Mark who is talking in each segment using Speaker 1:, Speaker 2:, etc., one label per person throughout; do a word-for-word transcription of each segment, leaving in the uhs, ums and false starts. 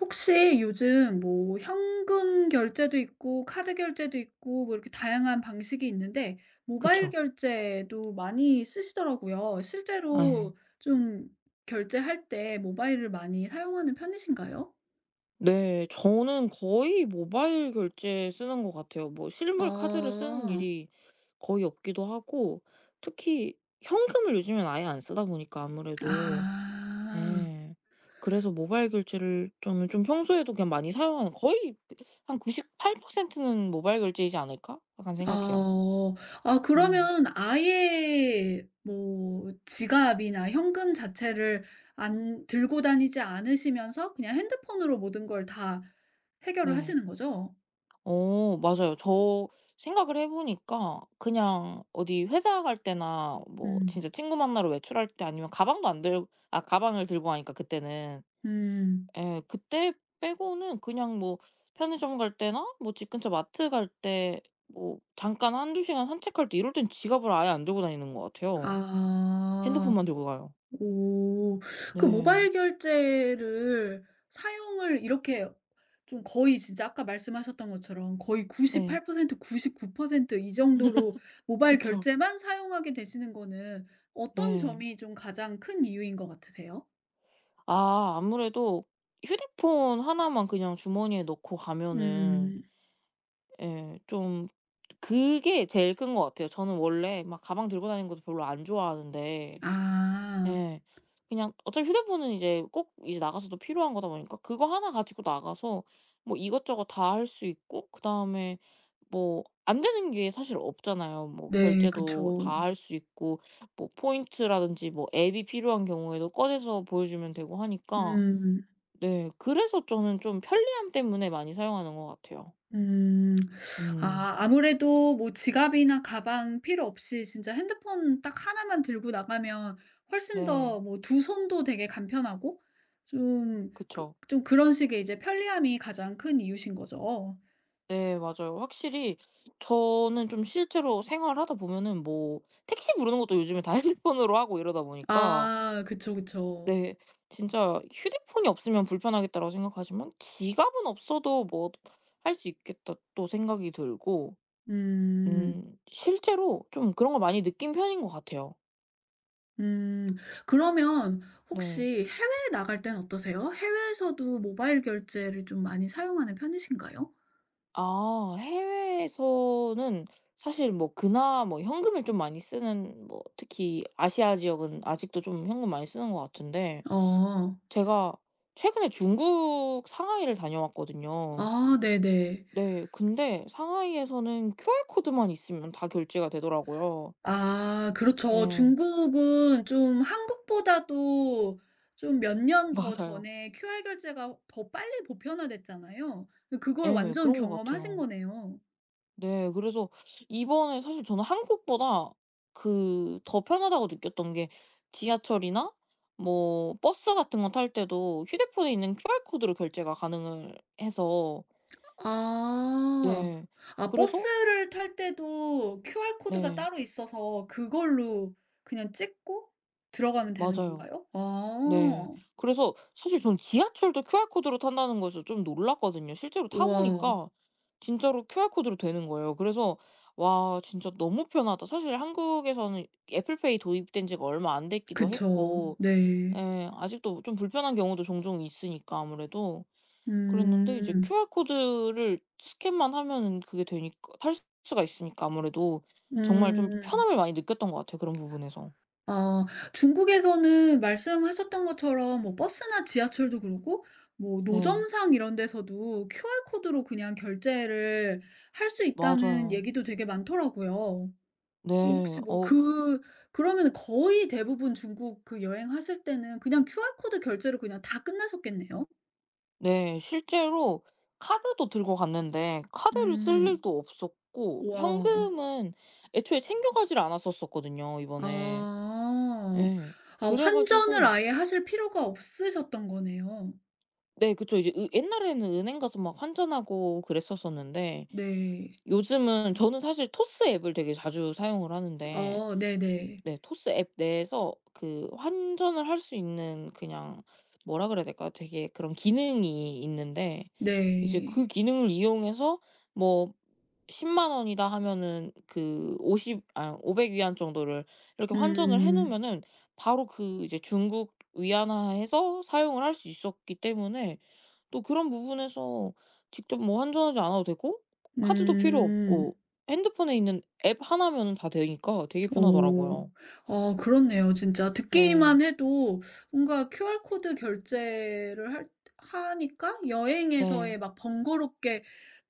Speaker 1: 혹시 요즘 뭐 현금 결제도 있고 카드 결제도 있고 뭐 이렇게 다양한 방식이 있는데 모바일
Speaker 2: 그쵸.
Speaker 1: 결제도 많이 쓰시더라고요.
Speaker 2: 예.
Speaker 1: 실제로 좀 결제할 때 모바일을 많이 사용하는 편이신가요?
Speaker 2: 네. 저는 거의 모바일 결제 쓰는 것 같아요. 뭐 실물 카드를 쓰는
Speaker 1: 어.
Speaker 2: 일이 거의 없기도 하고 특히 현금을 요즘엔 아예 안 쓰다 보니까 아무래도.
Speaker 1: 아.
Speaker 2: 예. 그래서 모바일 결제를 저는 좀 평소에도 그냥 많이 사용하는, 거의 한 구십팔 퍼센트는 '모바일 결제이지 않을까?' 약간 생각해요.
Speaker 1: 어. 아,
Speaker 2: 예.
Speaker 1: 그러면 아예 뭐 지갑이나 현금 자체를 안 들고 다니지 않으시면서 그냥 핸드폰으로 모든 걸 다 해결을
Speaker 2: 네.
Speaker 1: 하시는 거죠?
Speaker 2: 어, 맞아요. 저 생각을 해 보니까 그냥 어디 회사 갈 때나 뭐
Speaker 1: 음.
Speaker 2: 진짜 친구 만나러 외출할 때 아니면 가방도 안 들, 아 가방을 들고 가니까 그때는,
Speaker 1: 음.
Speaker 2: 예 그때 빼고는 그냥 뭐 편의점 갈 때나 뭐 집 근처 마트 갈 때 뭐 잠깐 한두 시간 산책할 때 이럴 땐 지갑을 아예 안 들고 다니는 것 같아요.
Speaker 1: 아.
Speaker 2: 핸드폰만 들고 가요.
Speaker 1: 오. 그
Speaker 2: 네.
Speaker 1: 모바일 결제를 사용을 이렇게 좀 거의 진짜 아까 말씀하셨던 것처럼 거의
Speaker 2: 네.
Speaker 1: 구십팔 퍼센트 구십구 퍼센트 이 정도로 모바일
Speaker 2: 그쵸.
Speaker 1: 결제만 사용하게 되시는 거는 어떤
Speaker 2: 네.
Speaker 1: 점이 좀 가장 큰 이유인 것 같으세요?
Speaker 2: 아 아무래도 휴대폰 하나만 그냥 주머니에 넣고 가면은,
Speaker 1: 음.
Speaker 2: 예. 좀 그게 제일 큰 것 같아요. 저는 원래 막 가방 들고 다니는 것도 별로 안 좋아하는데.
Speaker 1: 아.
Speaker 2: 예. 그냥 어차피 휴대폰은 이제 꼭 이제 나가서도 필요한 거다 보니까 그거 하나 가지고 나가서 뭐 이것저것 다 할 수 있고 그다음에 뭐 안 되는 게 사실 없잖아요. 뭐
Speaker 1: 네.
Speaker 2: 결제도
Speaker 1: 그쵸.
Speaker 2: 다 할 수 있고 뭐 포인트라든지 뭐 앱이 필요한 경우에도 꺼내서 보여주면 되고 하니까.
Speaker 1: 음.
Speaker 2: 네. 그래서 저는 좀 편리함 때문에 많이 사용하는 것 같아요.
Speaker 1: 음.
Speaker 2: 음.
Speaker 1: 아, 아무래도 뭐 지갑이나 가방 필요 없이 진짜 핸드폰 딱 하나만 들고 나가면 훨씬
Speaker 2: 네.
Speaker 1: 더 뭐 두 손도 되게 간편하고 좀 그
Speaker 2: 그쵸.
Speaker 1: 좀 그런 식의 이제 편리함이 가장 큰 이유신 거죠.
Speaker 2: 네 맞아요. 확실히 저는 좀 실제로 생활하다 보면은 뭐 택시 부르는 것도 요즘에 다 핸드폰으로 하고 이러다 보니까
Speaker 1: 아 그쵸, 그쵸.
Speaker 2: 네 진짜 '휴대폰이 없으면 불편하겠다.'라고 생각하지만 '지갑은 없어도 뭐 할 수 있겠다.' 또 생각이 들고
Speaker 1: 음.
Speaker 2: 음 실제로 좀 그런 걸 많이 느낀 편인 것 같아요.
Speaker 1: 음. 그러면 혹시
Speaker 2: 네.
Speaker 1: 해외에 나갈 땐 어떠세요? 해외에서도 모바일 결제를 좀 많이 사용하는 편이신가요?
Speaker 2: 아 해외에서는 사실 뭐 그나 뭐 현금을 좀 많이 쓰는, 뭐 특히 아시아 지역은 아직도 좀 현금 많이 쓰는 것 같은데,
Speaker 1: 어.
Speaker 2: 제가 최근에 중국 상하이를 다녀왔거든요.
Speaker 1: 아, 네네.
Speaker 2: 네. 근데 상하이에서는 큐알 코드만 있으면 다 결제가 되더라고요.
Speaker 1: 아 그렇죠.
Speaker 2: 예.
Speaker 1: 중국은 좀 한국보다도 좀 몇 년 더
Speaker 2: 맞아요.
Speaker 1: 전에 큐알 결제가 더 빨리 보편화됐잖아요. 그걸
Speaker 2: 예.
Speaker 1: 완전
Speaker 2: 그런 것
Speaker 1: 경험하신
Speaker 2: 같아요.
Speaker 1: 거네요.
Speaker 2: 네. 그래서 이번에 사실 저는 한국보다 그 더 편하다고 느꼈던 게 지하철이나 뭐 버스 같은 거 탈 때도 휴대폰에 있는 큐알 코드로 결제가 가능을 해서.
Speaker 1: 아.
Speaker 2: 네.
Speaker 1: 아,
Speaker 2: 그래서.
Speaker 1: 버스를 탈 때도 큐알 코드가
Speaker 2: 네.
Speaker 1: 따로 있어서 그걸로 그냥 찍고 들어가면 되는
Speaker 2: 맞아요.
Speaker 1: 건가요?
Speaker 2: 네.
Speaker 1: 아.
Speaker 2: 그래서 사실 전 지하철도 큐알 코드로 탄다는 거에서 좀 놀랐거든요. 실제로 타
Speaker 1: 우와.
Speaker 2: 보니까 진짜로 큐알 코드로 되는 거예요. 그래서 '와 진짜 너무 편하다.' 사실 한국에서는 애플페이 도입된 지가 얼마 안 됐기도
Speaker 1: 그쵸.
Speaker 2: 했고
Speaker 1: 네.
Speaker 2: 예 아직도 좀 불편한 경우도 종종 있으니까 아무래도. 그랬는데 이제
Speaker 1: 음.
Speaker 2: 큐알 코드를 스캔만 하면은 그게 되니까 탈 수가 있으니까 아무래도 정말 좀
Speaker 1: 음.
Speaker 2: 편함을 많이 느꼈던 것 같아요 그런 부분에서.
Speaker 1: 아, 중국에서는 말씀하셨던 것처럼 뭐 버스나 지하철도 그렇고 뭐
Speaker 2: 네.
Speaker 1: 노점상 이런 데서도 큐알 코드로 그냥 결제를 할 수 있다는
Speaker 2: 맞아요.
Speaker 1: 얘기도 되게 많더라고요.
Speaker 2: 네.
Speaker 1: 혹시 뭐
Speaker 2: 어
Speaker 1: 그 그러면 거의 대부분 중국 그 여행하실 때는 그냥 큐알 코드 결제로 그냥 다 끝나셨겠네요?
Speaker 2: 네. 실제로 카드도 들고 갔는데 카드를 쓸
Speaker 1: 음.
Speaker 2: 일도 없었고
Speaker 1: 와.
Speaker 2: 현금은 애초에 챙겨가지를 않았었었거든요 이번에.
Speaker 1: 아.
Speaker 2: 예.
Speaker 1: 아,
Speaker 2: 그래
Speaker 1: 환전을
Speaker 2: 가지고
Speaker 1: 아예 하실 필요가 없으셨던 거네요.
Speaker 2: 네 그쵸. 이제 으 옛날에는 은행 가서 막 환전하고 그랬었었는데
Speaker 1: 네.
Speaker 2: 요즘은 저는 사실 토스 앱을 되게 자주 사용을 하는데
Speaker 1: 어 네네.
Speaker 2: 네. 토스 앱 내에서 그 환전을 할 수 있는 그냥 뭐라 그래야 될까요? 되게 그런 기능이 있는데 이제 그
Speaker 1: 네.
Speaker 2: 기능을 이용해서 뭐 일 십만 원이다 하면은 그 오십 아 오백 위안 정도를 이렇게 환전을 해
Speaker 1: 음.
Speaker 2: 놓으면은 바로 그 이제 중국 위안화해서 사용을 할 수 있었기 때문에 또 그런 부분에서 직접 뭐 환전하지 않아도 되고 카드도 필요
Speaker 1: 음.
Speaker 2: 없고 핸드폰에 있는 앱 하나면은 다 되니까 되게
Speaker 1: 오.
Speaker 2: 편하더라고요.
Speaker 1: 아, 그렇네요 진짜.
Speaker 2: 네.
Speaker 1: 듣기만 해도 뭔가 큐알 코드 결제를 할 하니까
Speaker 2: 네.
Speaker 1: 여행에서의 막 번거롭게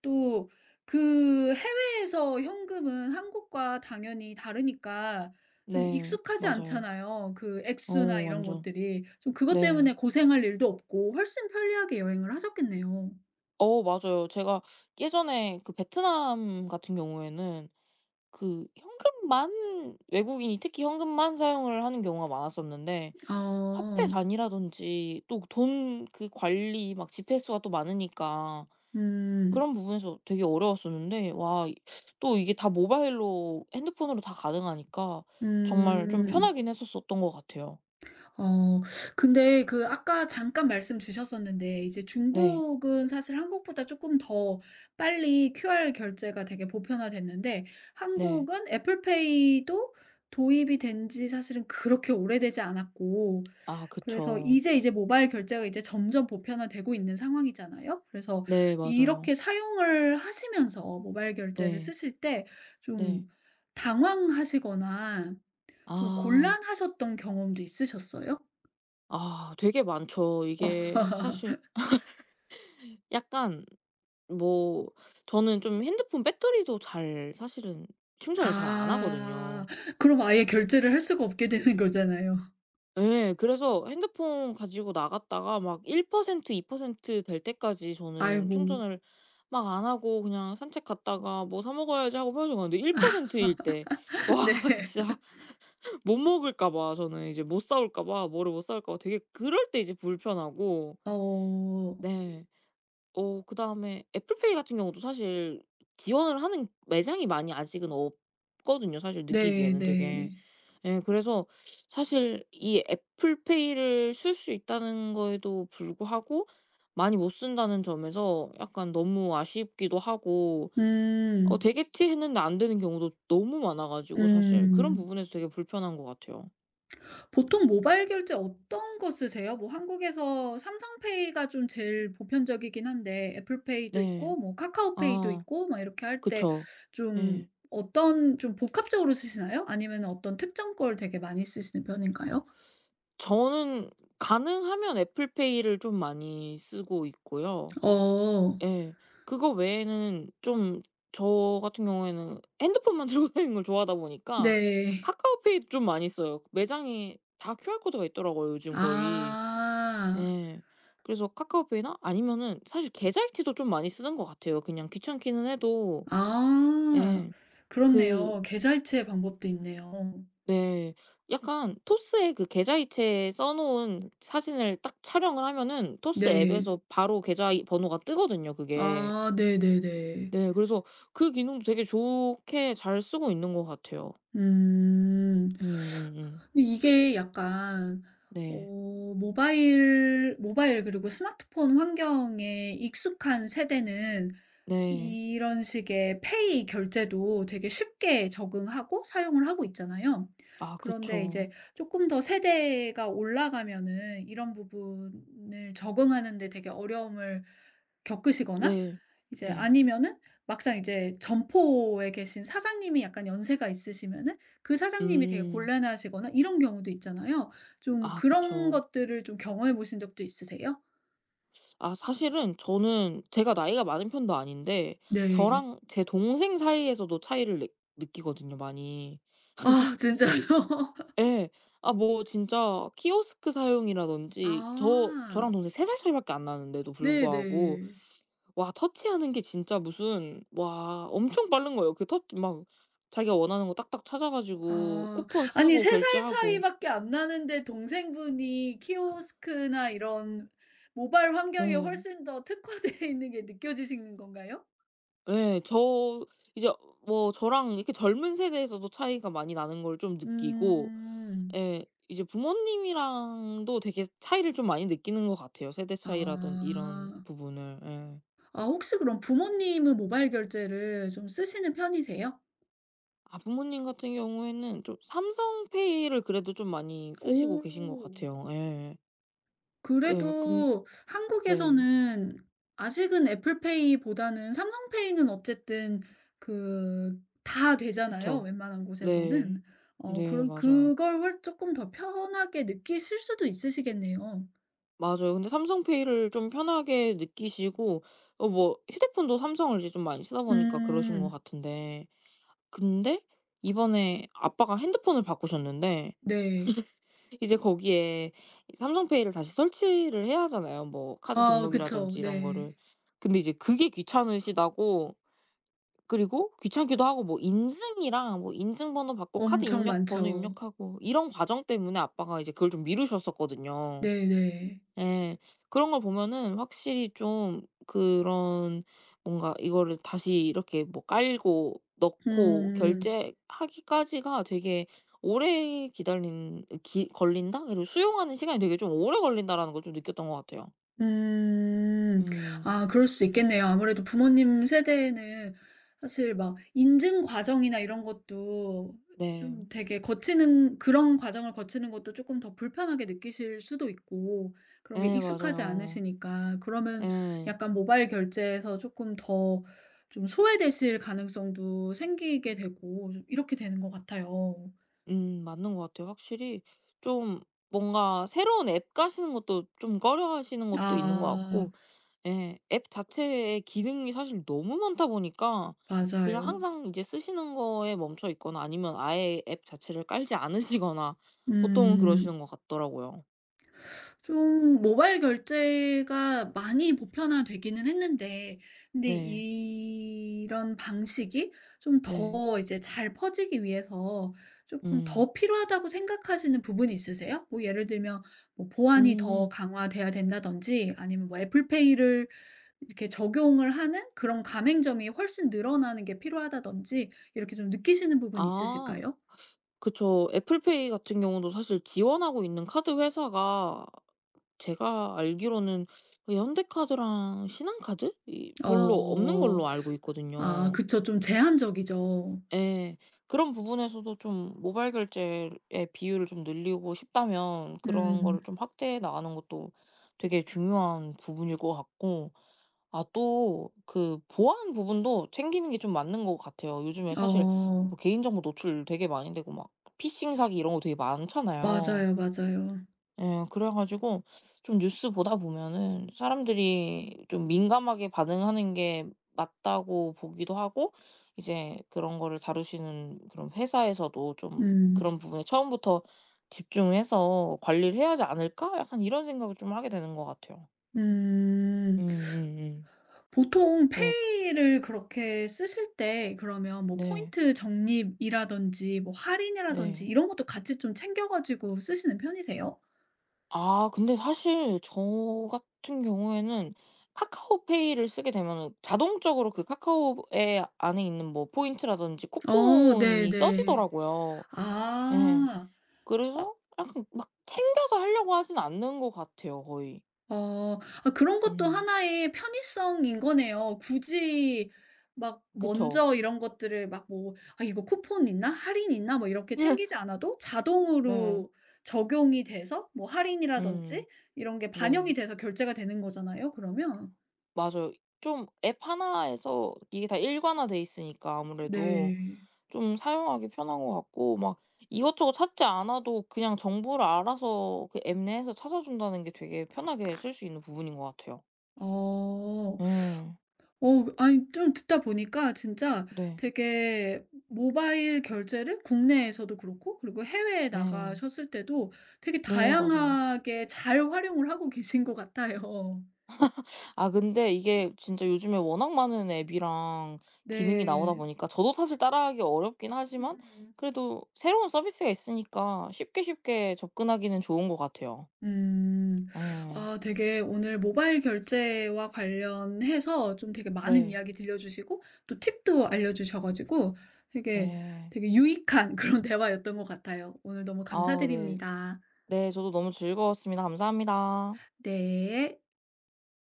Speaker 1: 또 그 해외에서 현금은 한국과 당연히 다르니까 좀
Speaker 2: 네.
Speaker 1: 익숙하지
Speaker 2: 맞아요.
Speaker 1: 않잖아요. 그
Speaker 2: 어
Speaker 1: 액수나 이런
Speaker 2: 완전.
Speaker 1: 것들이. 좀 그것
Speaker 2: 네.
Speaker 1: 때문에 고생할 일도 없고 훨씬 편리하게 여행을 하셨겠네요.
Speaker 2: 어 맞아요. 제가 예전에 그 베트남 같은 경우에는 그 현금만 외국인이 특히 현금만 사용을 하는 경우가 많았었는데
Speaker 1: 아.
Speaker 2: 화폐 단위라든지 또 돈 그 관리 막 지폐 수가 또 많으니까
Speaker 1: 음.
Speaker 2: 그런 부분에서 되게 어려웠었는데 와 이 또 이게 다 모바일로 핸드폰으로 다 가능하니까 정말 좀
Speaker 1: 음.
Speaker 2: 편하긴 했었었던 것 같아요.
Speaker 1: 어 근데 그 아까 잠깐 말씀 주셨었는데 이제
Speaker 2: 네.
Speaker 1: 중국은 사실 한국보다 조금 더 빨리 큐알 결제가 되게 보편화됐는데
Speaker 2: 네.
Speaker 1: 한국은 애플페이도 도입이 된지 사실은 그렇게 오래되지 않았고
Speaker 2: 아
Speaker 1: 그래서
Speaker 2: 그쵸.
Speaker 1: 이제 이제 모바일 결제가 이제 점점 보편화되고 있는 상황이잖아요. 그래서
Speaker 2: 네 맞아요.
Speaker 1: 이렇게 사용을 하시면서 모바일 결제를
Speaker 2: 네.
Speaker 1: 쓰실 때
Speaker 2: 네.
Speaker 1: 좀 당황하시거나 좀
Speaker 2: 아.
Speaker 1: 곤란하셨던 경험도 있으셨어요?
Speaker 2: 아 되게 많죠. 이게 사실 약간 뭐 저는 좀 핸드폰 배터리도 잘 사실은 충전을 잘 안
Speaker 1: 아.
Speaker 2: 하거든요.
Speaker 1: 그럼 아예 결제를 할 수가 없게 되는 거잖아요.
Speaker 2: 예. 그래서 핸드폰 가지고 나갔다가 막 일 퍼센트 이 퍼센트 될 때까지 저는
Speaker 1: 아이고.
Speaker 2: 충전을 막 안 하고 그냥 산책 갔다가 '뭐 사 먹어야지.' 하고 편의점 갔는데 1%일 퍼센트일 때 와
Speaker 1: 네.
Speaker 2: 진짜 못 먹을까 봐 저는 이제 못 싸올까 봐 뭐를 못 싸올까 봐 되게 그럴 때 이제 불편하고
Speaker 1: 어.
Speaker 2: 네. 어 그다음에 애플페이 같은 경우도 사실 지원을 하는 매장이 많이 아직은 없거든요 사실
Speaker 1: 네
Speaker 2: 느끼기에는 되게.
Speaker 1: 네.
Speaker 2: 예 그래서 사실 이 애플페이를 쓸 수 있다는 거에도 불구하고 많이 못 쓴다는 점에서 약간 너무 아쉽기도 하고 어
Speaker 1: 음.
Speaker 2: '되겠지.' 했는데 안 되는 경우도 너무 많아 가지고 사실 그런
Speaker 1: 음.
Speaker 2: 부분에서 되게 불편한 것 같아요.
Speaker 1: 보통 모바일 결제 어떤 거 쓰세요? 뭐 한국에서 삼성페이가 좀 제일 보편적이긴 한데 애플페이도 있고
Speaker 2: 네.
Speaker 1: 뭐 카카오페이도
Speaker 2: 아
Speaker 1: 있고 막 이렇게 할 때
Speaker 2: 그쵸.
Speaker 1: 좀
Speaker 2: 예.
Speaker 1: 어떤, 좀 복합적으로 쓰시나요? 아니면은 어떤 특정 걸 되게 많이 쓰시는 편인가요?
Speaker 2: 저는 가능하면 애플페이를 좀 많이 쓰고 있고요.
Speaker 1: 어.
Speaker 2: 예. 그거 외에는 좀 저 같은 경우에는 핸드폰만 들고 다니는 걸 좋아하다 보니까
Speaker 1: 네.
Speaker 2: 카카오페이도 좀 많이 써요. 매장에 다 큐알 코드가 있더라고요 요즘 거의.
Speaker 1: 아.
Speaker 2: 예. 그래서 카카오페이나 아니면은 사실 계좌이체도 좀 많이 쓰는 것 같아요. 그냥 귀찮기는 해도.
Speaker 1: 아,
Speaker 2: 예. 그
Speaker 1: 그렇네요. 계좌이체 방법도 있네요.
Speaker 2: 네. 약간 토스에 그 계좌이체에 써 놓은 사진을 딱 촬영을 하면은 토스
Speaker 1: 네.
Speaker 2: 앱에서 바로 계좌 이 번호가 뜨거든요 그게.
Speaker 1: 아 네네네.
Speaker 2: 네. 그래서 그 기능도 되게 좋게 잘 쓰고 있는 것 같아요.
Speaker 1: 음.
Speaker 2: 음음음.
Speaker 1: 근데 이게 약간
Speaker 2: 네.
Speaker 1: 어 모바일 모바일 그리고 스마트폰 환경에 익숙한 세대는
Speaker 2: 네.
Speaker 1: 이런 식의 페이 결제도 되게 쉽게 적응하고 사용을 하고 있잖아요.
Speaker 2: 아
Speaker 1: 그런데
Speaker 2: 그쵸.
Speaker 1: 이제 조금 더 세대가 올라가면은 이런 부분을 적응하는 데 되게 어려움을 겪으시거나
Speaker 2: 네.
Speaker 1: 이제
Speaker 2: 네.
Speaker 1: 아니면은 막상 이제 점포에 계신 사장님이 약간 연세가 있으시면은 그 사장님이 되게
Speaker 2: 음.
Speaker 1: 곤란하시거나 이런 경우도 있잖아요. 좀
Speaker 2: 아
Speaker 1: 그런
Speaker 2: 그쵸.
Speaker 1: 것들을 좀 경험해 보신 적도 있으세요?
Speaker 2: 아 사실은 저는 제가 나이가 많은 편도 아닌데
Speaker 1: 네.
Speaker 2: 저랑 제 동생 사이에서도 차이를 느 느끼거든요 많이.
Speaker 1: 아 진짜요?
Speaker 2: 예. 아 뭐 진짜 키오스크 사용이라든지 저
Speaker 1: 아.
Speaker 2: 저랑 동생 세 살 차이 밖에 안 나는데도 불구하고
Speaker 1: 네네.
Speaker 2: 와 터치하는 게 진짜 무슨 와 엄청 빠른 거예요. 그 터치 막 자기가 원하는 거 딱딱 찾아 가지고
Speaker 1: 아.
Speaker 2: 쿠폰
Speaker 1: 아니,
Speaker 2: 쓰고
Speaker 1: 세 살
Speaker 2: 결제하고.
Speaker 1: 차이밖에 안 나는데 동생분이 키오스크나 이런 모바일 환경에
Speaker 2: 네.
Speaker 1: 훨씬 더 특화되어 있는 게 느껴지시는 건가요?
Speaker 2: 예. 저 이제 뭐 저랑 이렇게 젊은 세대에서도 차이가 많이 나는 걸 좀 느끼고
Speaker 1: 음.
Speaker 2: 예 이제 부모님이랑도 되게 차이를 좀 많이 느끼는 것 같아요, 세대 차이라든 이런
Speaker 1: 아.
Speaker 2: 부분을. 예.
Speaker 1: 아, 혹시 그럼 부모님은 모바일 결제를 좀 쓰시는 편이세요?
Speaker 2: 아 부모님 같은 경우에는 좀 삼성페이를 그래도 좀 많이 쓰시고 계신 것
Speaker 1: 오.
Speaker 2: 같아요. 예. 예. 근
Speaker 1: 그래도
Speaker 2: 네.
Speaker 1: 한국에서는 아직은 애플페이보다는 삼성페이는 어쨌든 그 다 되잖아요,
Speaker 2: 그쵸.
Speaker 1: 웬만한
Speaker 2: 네.
Speaker 1: 곳에서는. 어
Speaker 2: 네
Speaker 1: 그런
Speaker 2: 맞아요.
Speaker 1: 그걸 훨금더 편하게 느끼실 수도 있으시겠네요.
Speaker 2: 맞아요. 근데 삼성페이를 좀 편하게 느끼시고 어 뭐 휴대폰도 삼성을 이제 좀 많이 쓰다 보니까 그러신 것
Speaker 1: 음.
Speaker 2: 같은데 근데 이번에 아빠가 핸드폰을 바꾸셨는데
Speaker 1: 네.
Speaker 2: 이제 거기에 이 삼성페이를 다시 설치를 해야 하잖아요, 뭐 카드
Speaker 1: 아 그쵸.
Speaker 2: 등록이라든지 이런
Speaker 1: 네.
Speaker 2: 거를. 근데 이제 그게 귀찮으시다고 그리고 귀찮기도 하고 뭐 인증이랑 뭐 인증번호 받고 카드
Speaker 1: 엄청
Speaker 2: 입력 번호
Speaker 1: 많죠.
Speaker 2: 입력하고 이런 과정 때문에 아빠가 이제 그걸 좀 미루셨었거든요.
Speaker 1: 네네.
Speaker 2: 예. 그런 걸 보면은 확실히 좀 그런 뭔가 이거를 다시 이렇게 뭐 깔고 넣고
Speaker 1: 음.
Speaker 2: 결제하기까지가 되게 오래 기다린 기 걸린다? 그리고 수용하는 시간이 되게 좀 오래 걸린다라는 걸 좀 느꼈던 것 같아요.
Speaker 1: 음.
Speaker 2: 음.
Speaker 1: 아, 그럴 수 있겠네요. 아무래도 부모님 세대에는 사실 막 인증 과정이나 이런 것도 좀
Speaker 2: 네.
Speaker 1: 되게 거치는 그런 과정을 거치는 것도 조금 더 불편하게 느끼실 수도 있고 그런 게
Speaker 2: 예
Speaker 1: 익숙하지
Speaker 2: 맞아요.
Speaker 1: 않으시니까 그러면
Speaker 2: 예.
Speaker 1: 약간 모바일 결제에서 조금 더 좀 소외되실 가능성도 생기게 되고 좀 이렇게 되는 것 같아요.
Speaker 2: 음 맞는 것 같아요. 확실히 좀 뭔가 새로운 앱 까시는 것도 좀 꺼려하시는 것도 있는 것
Speaker 1: 아
Speaker 2: 같고 예. 앱 자체의 기능이 사실 너무 많다 보니까 그냥
Speaker 1: 맞아요.
Speaker 2: 항상 이제 쓰시는 거에 멈춰 있거나 아니면 아예 앱 자체를 깔지 않으시거나 보통은
Speaker 1: 음.
Speaker 2: 그러시는 것 같더라고요.
Speaker 1: 좀 모바일 결제가 많이 보편화되기는 했는데 근데
Speaker 2: 네.
Speaker 1: 이런 방식이 좀
Speaker 2: 네.
Speaker 1: 더 이제 잘 퍼지기 위해서 조금
Speaker 2: 음.
Speaker 1: 더 필요하다고 생각하시는 부분이 있으세요? 뭐 예를 들면 뭐 보안이 더
Speaker 2: 음.
Speaker 1: 강화돼야 된다든지 아니면 뭐 애플페이를 이렇게 적용을 하는 그런 가맹점이 훨씬 늘어나는 게 필요하다든지 이렇게 좀 느끼시는 부분이
Speaker 2: 아.
Speaker 1: 있으실까요?
Speaker 2: 그쵸. 애플 페이 같은 경우도 사실 지원하고 있는 카드 회사가 제가 알기로는 그 현대카드랑 신한카드? 이 별로 없는
Speaker 1: 어.
Speaker 2: 걸로 알고
Speaker 1: 아
Speaker 2: 있거든요.
Speaker 1: 그쵸. 좀 제한적이죠.
Speaker 2: 예. 그런 부분에서도 좀 모바일 결제의 비율을 좀 늘리고 싶다면 그런
Speaker 1: 음.
Speaker 2: 거를 좀 확대해 나가는 것도 되게 중요한 부분일 것 같고 아 또 그 보안 부분도 챙기는 게 좀 맞는 것 같아요. 요즘에 사실
Speaker 1: 어.
Speaker 2: 뭐 개인정보 노출 되게 많이 되고 막 피싱 사기 이런 거 되게 많잖아요.
Speaker 1: 맞아요, 맞아요.
Speaker 2: 예. 그래 가지고 좀 뉴스 보다 보면은 사람들이 좀 민감하게 반응하는 게 맞다고 보기도 하고 이제 그런 거를 다루시는 그런 회사에서도 좀
Speaker 1: 음.
Speaker 2: '그런 부분에 처음부터 집중해서 관리를 해야 하지 않을까?' 약간 이런 생각을 좀 하게 되는 것 같아요.
Speaker 1: 음.
Speaker 2: 음음음.
Speaker 1: 보통
Speaker 2: 네.
Speaker 1: 페이를 그렇게 쓰실 때 그러면 뭐
Speaker 2: 네.
Speaker 1: 포인트 적립이라든지 뭐 할인이라든지
Speaker 2: 네.
Speaker 1: 이런 것도 같이 좀 챙겨 가지고 쓰시는 편이세요?
Speaker 2: 아 근데 사실 저 같은 경우에는 카카오페이를 쓰게 되면 자동적으로 그 카카오 에 안에 있는 뭐 포인트라든지
Speaker 1: 어
Speaker 2: 쿠폰이
Speaker 1: 네네.
Speaker 2: 써지더라고요. 예.
Speaker 1: 아.
Speaker 2: 그래서 약간 막 챙겨서 하려고 하진 않는 것 같아요 거의.
Speaker 1: 어. 아, 그런 것도
Speaker 2: 음.
Speaker 1: 하나의 편의성인 거네요. 굳이 막
Speaker 2: 그쵸.
Speaker 1: 먼저 이런 것들을 막 뭐 "아, 이거 쿠폰 있나? 할인 있나?" 뭐 이렇게 챙기지 않아도
Speaker 2: 네.
Speaker 1: 자동으로 적용이 돼서 뭐 할인이라든지
Speaker 2: 음.
Speaker 1: 이런 게 반영이
Speaker 2: 네.
Speaker 1: 돼서 결제가 되는 거잖아요 그러면.
Speaker 2: 맞아요. 좀 앱 하나에서 이게 다 일관화돼 있으니까 아무래도
Speaker 1: 네.
Speaker 2: 좀 사용하기 편한 것 같고 막 이것저것 찾지 않아도 그냥 정보를 알아서 그 앱 내에서 찾아준다는 게 되게 편하게 쓸 수 있는 부분인 것 같아요.
Speaker 1: 어.
Speaker 2: 예.
Speaker 1: 어, 아니 좀 듣다 보니까 진짜
Speaker 2: 네.
Speaker 1: 되게 모바일 결제를 국내에서도 그렇고 그리고 해외에
Speaker 2: 네.
Speaker 1: 나가셨을 때도 되게
Speaker 2: 네 맞아요.
Speaker 1: 다양하게 잘 활용을 하고 계신 것 같아요.
Speaker 2: 아 근데 이게 진짜 요즘에 워낙 많은 앱이랑 기능이 나오다
Speaker 1: 네.
Speaker 2: 보니까 저도 사실 따라하기 어렵긴 하지만
Speaker 1: 음.
Speaker 2: 그래도 새로운 서비스가 있으니까 쉽게 쉽게 접근하기는 좋은 것 같아요.
Speaker 1: 음.
Speaker 2: 네,
Speaker 1: 아 되게 오늘 모바일 결제와 관련해서 좀 되게 많은
Speaker 2: 네.
Speaker 1: 이야기 들려주시고 또 팁도 알려주셔 가지고 되게,
Speaker 2: 네.
Speaker 1: 되게 유익한 그런 대화였던 것 같아요. 오늘 너무
Speaker 2: 아우 네.
Speaker 1: 감사드립니다.
Speaker 2: 네 저도 너무 즐거웠습니다. 감사합니다.
Speaker 1: 네.